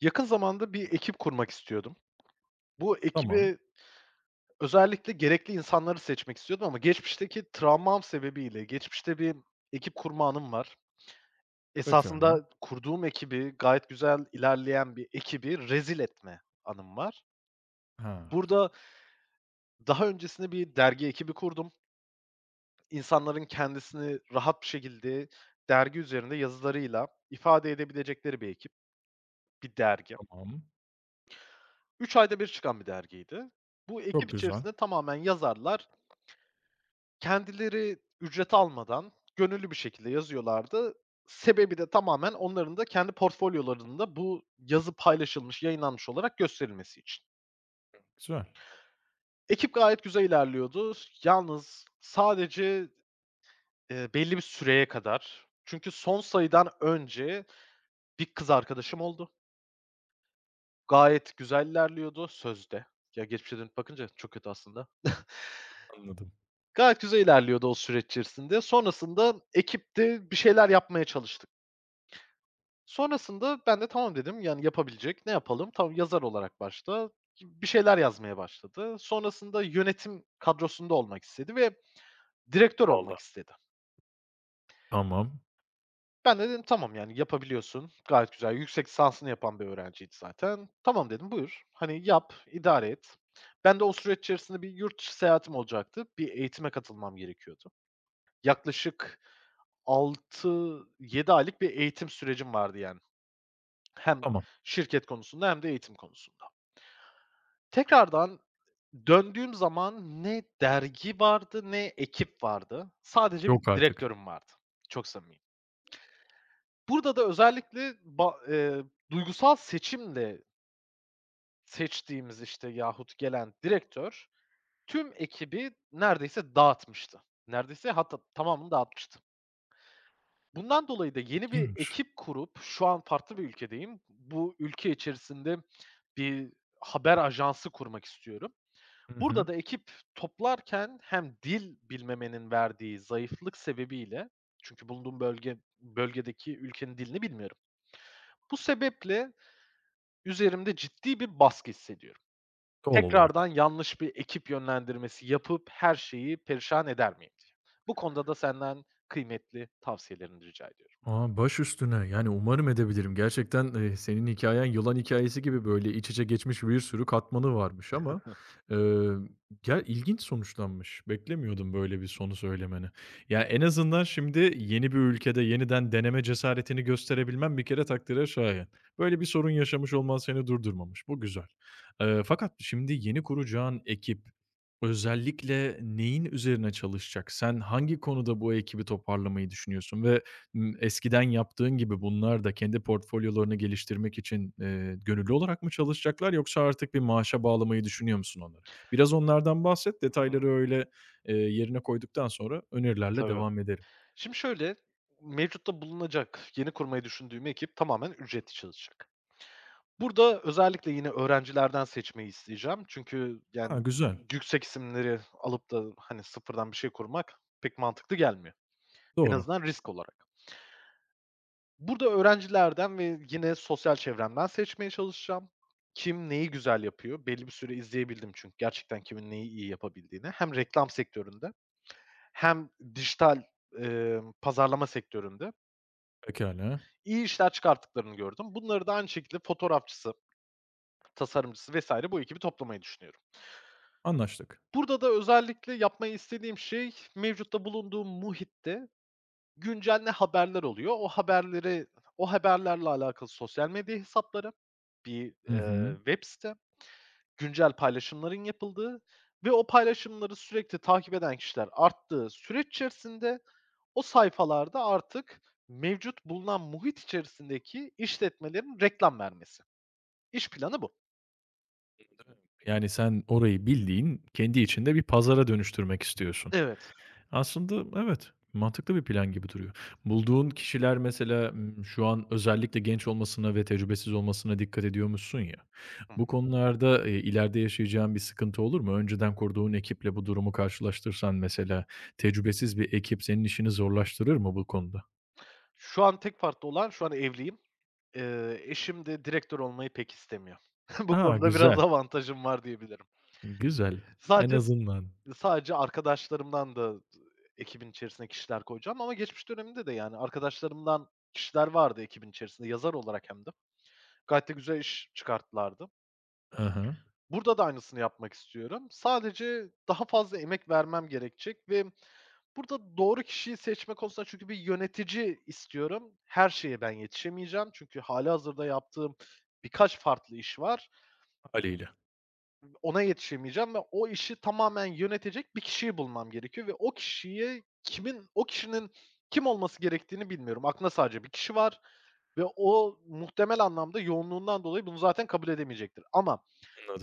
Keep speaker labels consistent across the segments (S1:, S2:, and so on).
S1: Yakın zamanda bir ekip kurmak istiyordum. Bu
S2: Tamam,
S1: ekibe özellikle gerekli insanları seçmek istiyordum ama geçmişteki travmam sebebiyle geçmişte bir ekip kurma anım var.
S2: pekâlâ.
S1: Esasında kurduğum ekibi, gayet güzel ilerleyen bir ekibi rezil etme anım var.
S2: Ha,
S1: Burada daha öncesinde bir dergi ekibi kurdum. İnsanların kendisini rahat bir şekilde dergi üzerinde yazılarıyla ifade edebilecekleri bir ekip, bir dergi.
S2: tamam.
S1: 3 ayda bir çıkan bir dergiydi. Bu ekip
S2: Çok güzel.
S1: içerisinde tamamen yazarlar. Kendileri ücret almadan gönüllü bir şekilde yazıyorlardı. Sebebi de tamamen onların da kendi portfolyolarında bu yazı paylaşılmış, yayınlanmış olarak gösterilmesi için.
S2: Güzel,
S1: Ekip gayet güzel ilerliyordu. Yalnız sadece, belli bir süreye kadar. Çünkü son sayıdan önce bir kız arkadaşım oldu. Gayet güzel ilerliyordu sözde. Ya, geçmişe dönüp bakınca çok kötü aslında.
S2: anladım.
S1: Gayet güzel ilerliyordu o süreç içerisinde. Sonrasında ekipte bir şeyler yapmaya çalıştı. Sonrasında ben de tamam dedim, yani, yapabilecek, ne yapalım? Tamam, yazar olarak başta bir şeyler yazmaya başladı. Sonrasında yönetim kadrosunda olmak istedi ve direktör olmak
S2: Valla.
S1: istedi.
S2: Tamam,
S1: Ben de dedim, "Tamam, yani, yapabiliyorsun, gayet güzel." Yüksek lisansını yapan bir öğrenciydi zaten. "Tamam," dedim, "Buyur, hani, yap, idare et." Ben de o süreç içerisinde bir yurt dışı seyahatim olacaktı. Bir eğitime katılmam gerekiyordu. Yaklaşık 6-7 aylık bir eğitim sürecim vardı, yani. Hem
S2: tamam.
S1: şirket konusunda hem de eğitim konusunda. Tekrardan döndüğüm zaman ne dergi vardı ne ekip vardı. Sadece bir
S2: Yok artık.
S1: direktörüm vardı. Çok samimiyim. Burada da özellikle ba duygusal seçimle seçtiğimiz, işte, yahut gelen direktör tüm ekibi neredeyse dağıtmıştı. Neredeyse hatta tamamını dağıtmıştı. Bundan dolayı da yeni bir
S2: İyiymiş.
S1: ekip kurup şu an farklı bir ülkedeyim. Bu ülke içerisinde bir haber ajansı kurmak istiyorum.
S2: Hı hı.
S1: Burada da ekip toplarken hem dil bilmemenin verdiği zayıflık sebebiyle çünkü bulunduğum bölgedeki ülkenin dilini bilmiyorum. Bu sebeple üzerimde ciddi bir baskı hissediyorum.
S2: Doğal olarak.
S1: Tekrardan yanlış bir ekip yönlendirmesi yapıp her şeyi perişan eder miyim diye. Bu konuda da senden kıymetli tavsiyelerini rica ediyorum.
S2: A, baş üstüne. Yani, umarım edebilirim. Gerçekten, senin hikayen yılan hikayesi gibi, böyle, iç içe geçmiş bir sürü katmanı varmış ama, eee, ya, ilginç sonuçlanmış. Beklemiyordum böyle bir sonu söylemeni. Ya, en azından şimdi yeni bir ülkede yeniden deneme cesaretini gösterebilmem bir kere takdire şayan. Böyle bir sorun yaşamış olman seni durdurmamış. Bu güzel. Fakat şimdi yeni kuracağın ekip özellikle neyin üzerine çalışacak? Sen hangi konuda bu ekibi toparlamayı düşünüyorsun ve eskiden yaptığın gibi bunlar da kendi portfolyolarını geliştirmek için, gönüllü olarak mı çalışacaklar yoksa artık bir maaşa bağlamayı düşünüyor musun onları? Biraz onlardan bahset,
S1: Hı,
S2: detayları öyle, yerine koyduktan sonra önerilerle
S1: tabii.
S2: devam ederim.
S1: Şimdi şöyle, mevcutta bulunacak, yeni kurmayı düşündüğüm ekip tamamen ücretli çalışacak. Burada özellikle yine öğrencilerden seçmeyi isteyeceğim. Çünkü,
S2: Ha,
S1: yani,
S2: güzel.
S1: yüksek isimleri alıp da, hani, sıfırdan bir şey kurmak pek mantıklı gelmiyor. En
S2: Doğru.
S1: azından risk olarak. Burada öğrencilerden ve yine sosyal çevremden seçmeye çalışacağım. Kim neyi güzel yapıyor? Belli bir süre izleyebildim çünkü gerçekten kimin neyi iyi yapabildiğini. Hem reklam sektöründe hem dijital, pazarlama sektöründe
S2: Pekala.
S1: iyi işler çıkarttıklarını gördüm. Bunları da aynı şekilde fotoğrafçısı, tasarımcısı vesaire bu ekibi toplamayı düşünüyorum.
S2: Anlaştık.
S1: Burada da özellikle yapmayı istediğim şey mevcutta bulunduğum muhitte güncel ne haberler oluyor, o haberlerle alakalı sosyal medya hesapları, bir,
S2: Hı hı.
S1: web site, güncel paylaşımların yapıldığı ve o paylaşımları sürekli takip eden kişiler arttığı süreç içerisinde o sayfalarda artık mevcut bulunan muhit içerisindeki işletmelerin reklam vermesi. İş planı bu.
S2: Yani sen orayı bildiğin kendi içinde bir pazara dönüştürmek istiyorsun.
S1: Evet.
S2: Aslında evet, mantıklı bir plan gibi duruyor. Bulduğun kişiler mesela, şu an özellikle genç olmasına ve tecrübesiz olmasına dikkat ediyormuşsun ya.
S1: Hı.
S2: Bu konularda, ileride yaşayacağın bir sıkıntı olur mu? Önceden kurduğun ekiple bu durumu karşılaştırsan mesela, tecrübesiz bir ekip senin işini zorlaştırır mı bu konuda?
S1: Şu an tek farklı olan şu an evliyim. Eşim de direktör olmayı pek istemiyor. Bu
S2: A,
S1: konuda biraz
S2: güzel,
S1: avantajım var diyebilirim.
S2: güzel. En
S1: Sadece
S2: azından.
S1: sadece arkadaşlarımdan da ekibin içerisine kişiler koyacağım ama geçmiş döneminde de, yani, arkadaşlarımdan kişiler vardı ekibin içerisinde yazar olarak hem de. Gayet de güzel iş çıkarttılardı.
S2: Aha, hı.
S1: Burada da aynısını yapmak istiyorum. Sadece daha fazla emek vermem gerekecek ve burada doğru kişiyi seçme konusunda çünkü bir yönetici istiyorum. Her şeye ben yetişemeyeceğim. Çünkü hâlihazırda yaptığım birkaç farklı iş var.
S2: Hâliyle.
S1: Ona yetişemeyeceğim ve o işi tamamen yönetecek bir kişiyi bulmam gerekiyor ve o kişinin kim olması gerektiğini bilmiyorum. Aklımda sadece bir kişi var ve o muhtemel anlamda yoğunluğundan dolayı bunu zaten kabul edemeyecektir ama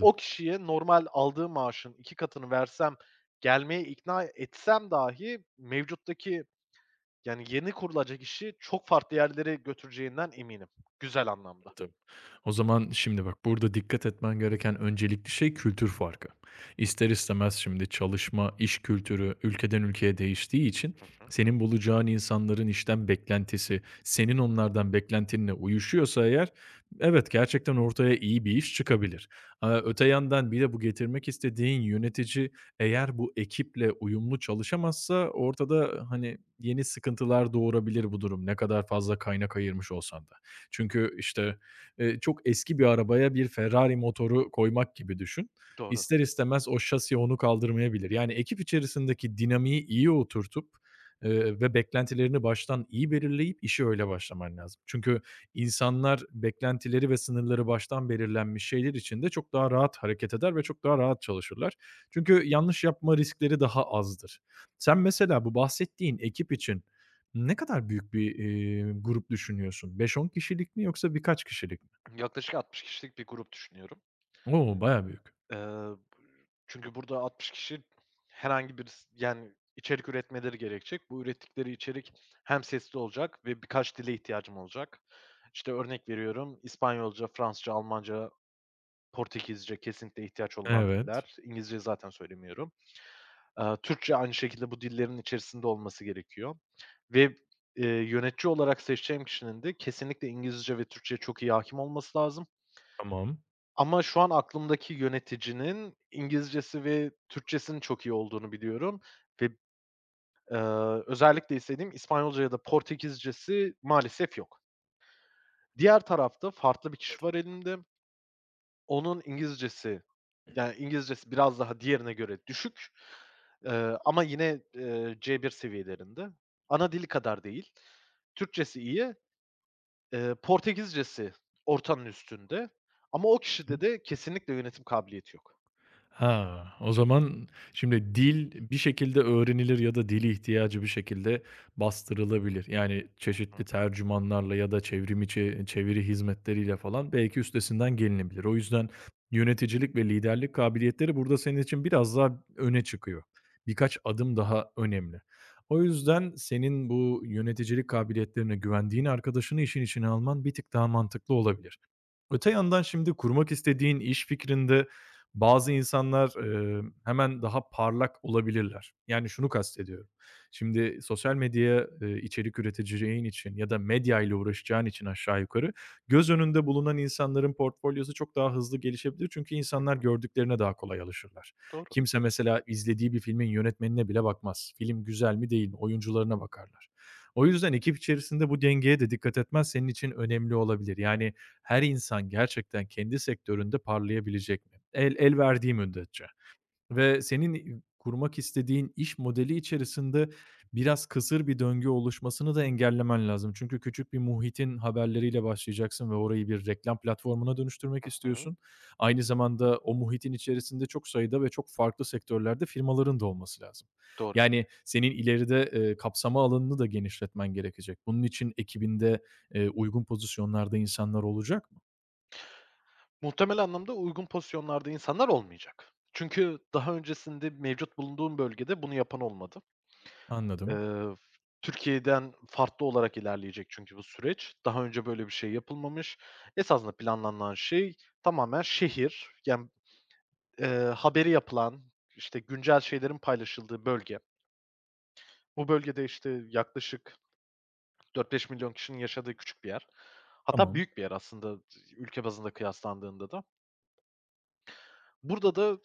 S1: o kişiye normal aldığı maaşın 2 katını versem, gelmeye ikna etsem dahi mevcuttaki, yani, yeni kurulacak işi çok farklı yerlere götüreceğinden eminim, güzel anlamda.
S2: anladım. O zaman şimdi bak burada dikkat etmen gereken öncelikli şey kültür farkı.
S1: Hı hı.
S2: İster istemez şimdi çalışma, iş kültürü ülkeden ülkeye değiştiği için senin bulacağın insanların işten beklentisi, senin onlardan beklentinle uyuşuyorsa eğer evet gerçekten ortaya iyi bir iş çıkabilir. Öte yandan bir de bu getirmek istediğin yönetici eğer bu ekiple uyumlu çalışamazsa ortada hani yeni sıkıntılar doğurabilir bu durum ne kadar fazla kaynak ayırmış olsan da. Çünkü işte çok eski bir arabaya bir Ferrari motoru koymak gibi düşün.
S1: Doğru.
S2: İster istemez o şasi onu kaldırmayabilir. Yani ekip içerisindeki dinamiği iyi oturtup, ve beklentilerini baştan iyi belirleyip işe öyle başlaman lazım. Çünkü insanlar beklentileri ve sınırları baştan belirlenmiş şeyler içinde çok daha rahat hareket eder ve çok daha rahat çalışırlar. Çünkü yanlış yapma riskleri daha azdır. Sen mesela bu bahsettiğin ekip için ne kadar büyük bir, grup düşünüyorsun? Beş on kişilik mi yoksa birkaç kişilik mi?
S1: Yaklaşık 60 kişilik bir grup düşünüyorum.
S2: O! Bayağı büyük.
S1: Eee, çünkü burada 60 kişi herhangi bir yani, içerik üretmeleri gerekecek. Bu ürettikleri içerik hem sesli olacak ve birkaç dile ihtiyacım olacak. İşte, örnek veriyorum, İspanyolca, Fransızca, Almanca Portekizce kesinlikle ihtiyaç olunan
S2: Evet,
S1: diller. İngilizceyi zaten söylemiyorum. Türkçe aynı şekilde bu dillerin içerisinde olması gerekiyor ve, yönetici olarak seçeceğim kişinin de kesinlikle İngilizce ve Türkçeye çok iyi hâkim olması lazım
S2: tamam.
S1: ama şu an aklımdaki yöneticinin İngilizcesi ve Türkçesinin çok iyi olduğunu biliyorum ve, eee, özellikle istediğim İspanyolca ya da Portekizcesi maalesef yok. Diğer tarafta farklı bir kişi var elimde. Onun İngilizcesi Yani, İngilizcesi biraz daha diğerine göre düşük, ama yine, C1 seviyelerinde. Ana dili kadar değil. Türkçesi iyi. Portekizcesi ortanın üstünde ama o kişide
S2: Hı.
S1: de kesinlikle yönetim kabiliyeti yok.
S2: Ha, o zaman şimdi dil bir şekilde öğrenilir ya da dil ihtiyacı bir şekilde bastırılabilir. Yani
S1: Hı
S2: çeşitli
S1: hı.
S2: tercümanlarla ya da çevrimiçi çeviri hizmetleriyle falan belki üstesinden gelinebilir. O yüzden yöneticilik ve liderlik kabiliyetleri burada senin için biraz daha öne çıkıyor. Birkaç adım daha önemli. O yüzden senin bu yöneticilik kabiliyetlerine güvendiğin arkadaşını işin içine alman bir tık daha mantıklı olabilir. Öte yandan şimdi kurmak istediğin iş fikrinde bazı insanlar, hemen daha parlak olabilirler. Yani şunu kastediyorum. Şimdi sosyal medyaya, içerik üreteceğin için ya da medya ile uğraşacağın için aşağı yukarı göz önünde bulunan insanların portfolyosu çok daha hızlı gelişebilir. Çünkü
S1: Hı
S2: insanlar
S1: hı.
S2: gördüklerine daha kolay alışırlar.
S1: Doğru.
S2: Kimse mesela izlediği bir filmin yönetmenine bile bakmaz. Film güzel mi değil mi? Oyuncularına bakarlar. O yüzden ekip içerisinde bu dengeye de dikkat etmen senin için önemli olabilir. Yani her insan gerçekten kendi sektöründe parlayabilecek mi? El el verdiği müddetçe ve senin, kurmak istediğin iş modeli içerisinde biraz kısır bir döngü oluşmasını da engellemen lazım. Çünkü küçük bir muhitin haberleriyle başlayacaksın ve orayı bir reklam platformuna dönüştürmek
S1: Hı hı.
S2: istiyorsun. Aynı zamanda o muhitin içerisinde çok sayıda ve çok farklı sektörlerde firmaların da olması lazım.
S1: Doğru.
S2: Yani senin ileride, kapsama alanını da genişletmen gerekecek. Bunun için ekibinde, uygun pozisyonlarda insanlar olacak mı?
S1: Muhtemel anlamda uygun pozisyonlarda insanlar olmayacak. Çünkü daha öncesinde mevcut bulunduğum bölgede bunu yapan olmadı.
S2: Anladım.
S1: F Türkiye'den farklı olarak ilerleyecek çünkü bu süreç. Daha önce böyle bir şey yapılmamış. Esasında planlanan şey tamamen şehir, yani, eee, haberi yapılan, işte, güncel şeylerin paylaşıldığı bölge. Bu bölgede, işte, yaklaşık 4 milyon kişinin yaşadığı küçük bir yer. Hatta
S2: Tamam,
S1: büyük bir yer aslında ülke bazında kıyaslandığında da. Burada da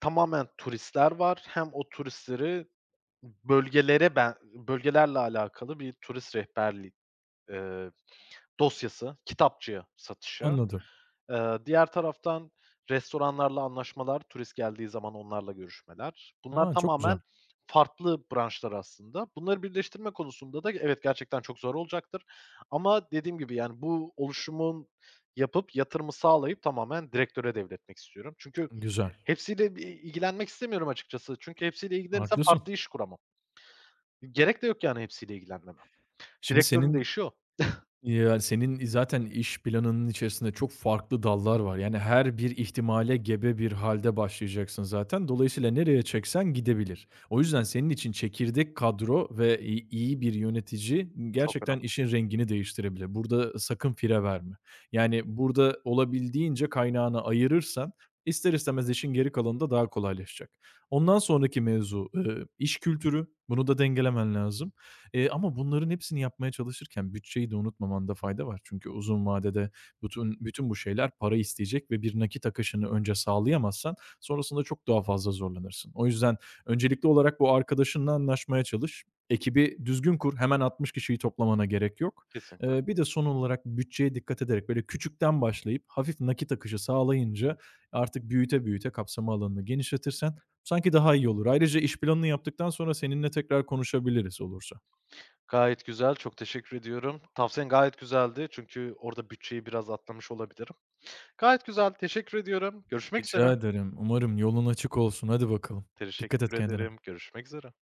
S1: tamamen turistler var. Hem o turistleri bölgelere ben bölgelerle alakalı bir turist rehberliği, dosyası, kitapçıya satışı.
S2: anladım.
S1: Diğer taraftan restoranlarla anlaşmalar, turist geldiği zaman onlarla görüşmeler. Bunlar
S2: A, çok güzel.
S1: tamamen farklı branşlar aslında. Bunları birleştirme konusunda da evet, gerçekten çok zor olacaktır ama dediğim gibi, yani, bu oluşumun yapıp yatırımı sağlayıp tamamen direktöre devretmek istiyorum. Çünkü
S2: Güzel,
S1: hepsiyle bir ilgilenmek istemiyorum açıkçası. Çünkü hepsiyle ilgilenirsem
S2: haklısın.
S1: farklı iş kuramam. Gerek de yok, yani, hepsiyle ilgilenmeme.
S2: Şimdi
S1: Direktörün de
S2: senin
S1: işi o.
S2: ya, senin zaten iş planının içerisinde çok farklı dallar var. Yani her bir ihtimale gebe bir halde başlayacaksın zaten. Dolayısıyla nereye çeksen gidebilir. O yüzden senin için çekirdek kadro ve iyi bir yönetici
S1: Çok
S2: gerçekten
S1: önemli.
S2: işin rengini değiştirebilir. Burada sakın fire verme. Yani burada olabildiğince kaynağını ayırırsan ister istemez işin geri kalanı da daha kolaylaşacak. Ondan sonraki mevzu, iş kültürü. Bunu da dengelemen lazım. Ama bunların hepsini yapmaya çalışırken bütçeyi de unutmamanda fayda var. Çünkü uzun vadede bütün bu şeyler para isteyecek ve bir nakit akışını önce sağlayamazsan sonrasında çok daha fazla zorlanırsın. O yüzden öncelikli olarak bu arkadaşınla anlaşmaya çalış. Ekibi düzgün kur. Hemen 60 kişiyi toplamana gerek yok.
S1: Kesinlikle.
S2: Bir de son olarak bütçeye dikkat ederek böyle küçükten başlayıp hafif nakit akışı sağlayınca artık büyüte büyüte kapsama alanını genişletirsen sanki daha iyi olur. Ayrıca iş planını yaptıktan sonra seninle tekrar konuşabiliriz olursa.
S1: Gayet güzel, çok teşekkür ediyorum. Tavsiyen gayet güzeldi çünkü orada bütçeyi biraz atlamış olabilirim. Gayet güzel, teşekkür ediyorum. Görüşmek üzere.
S2: Rica ederim. Umarım yolun açık olsun. Hadi bakalım. Dikkat
S1: Teşekkür
S2: et kendine.
S1: ederim. Görüşmek üzere.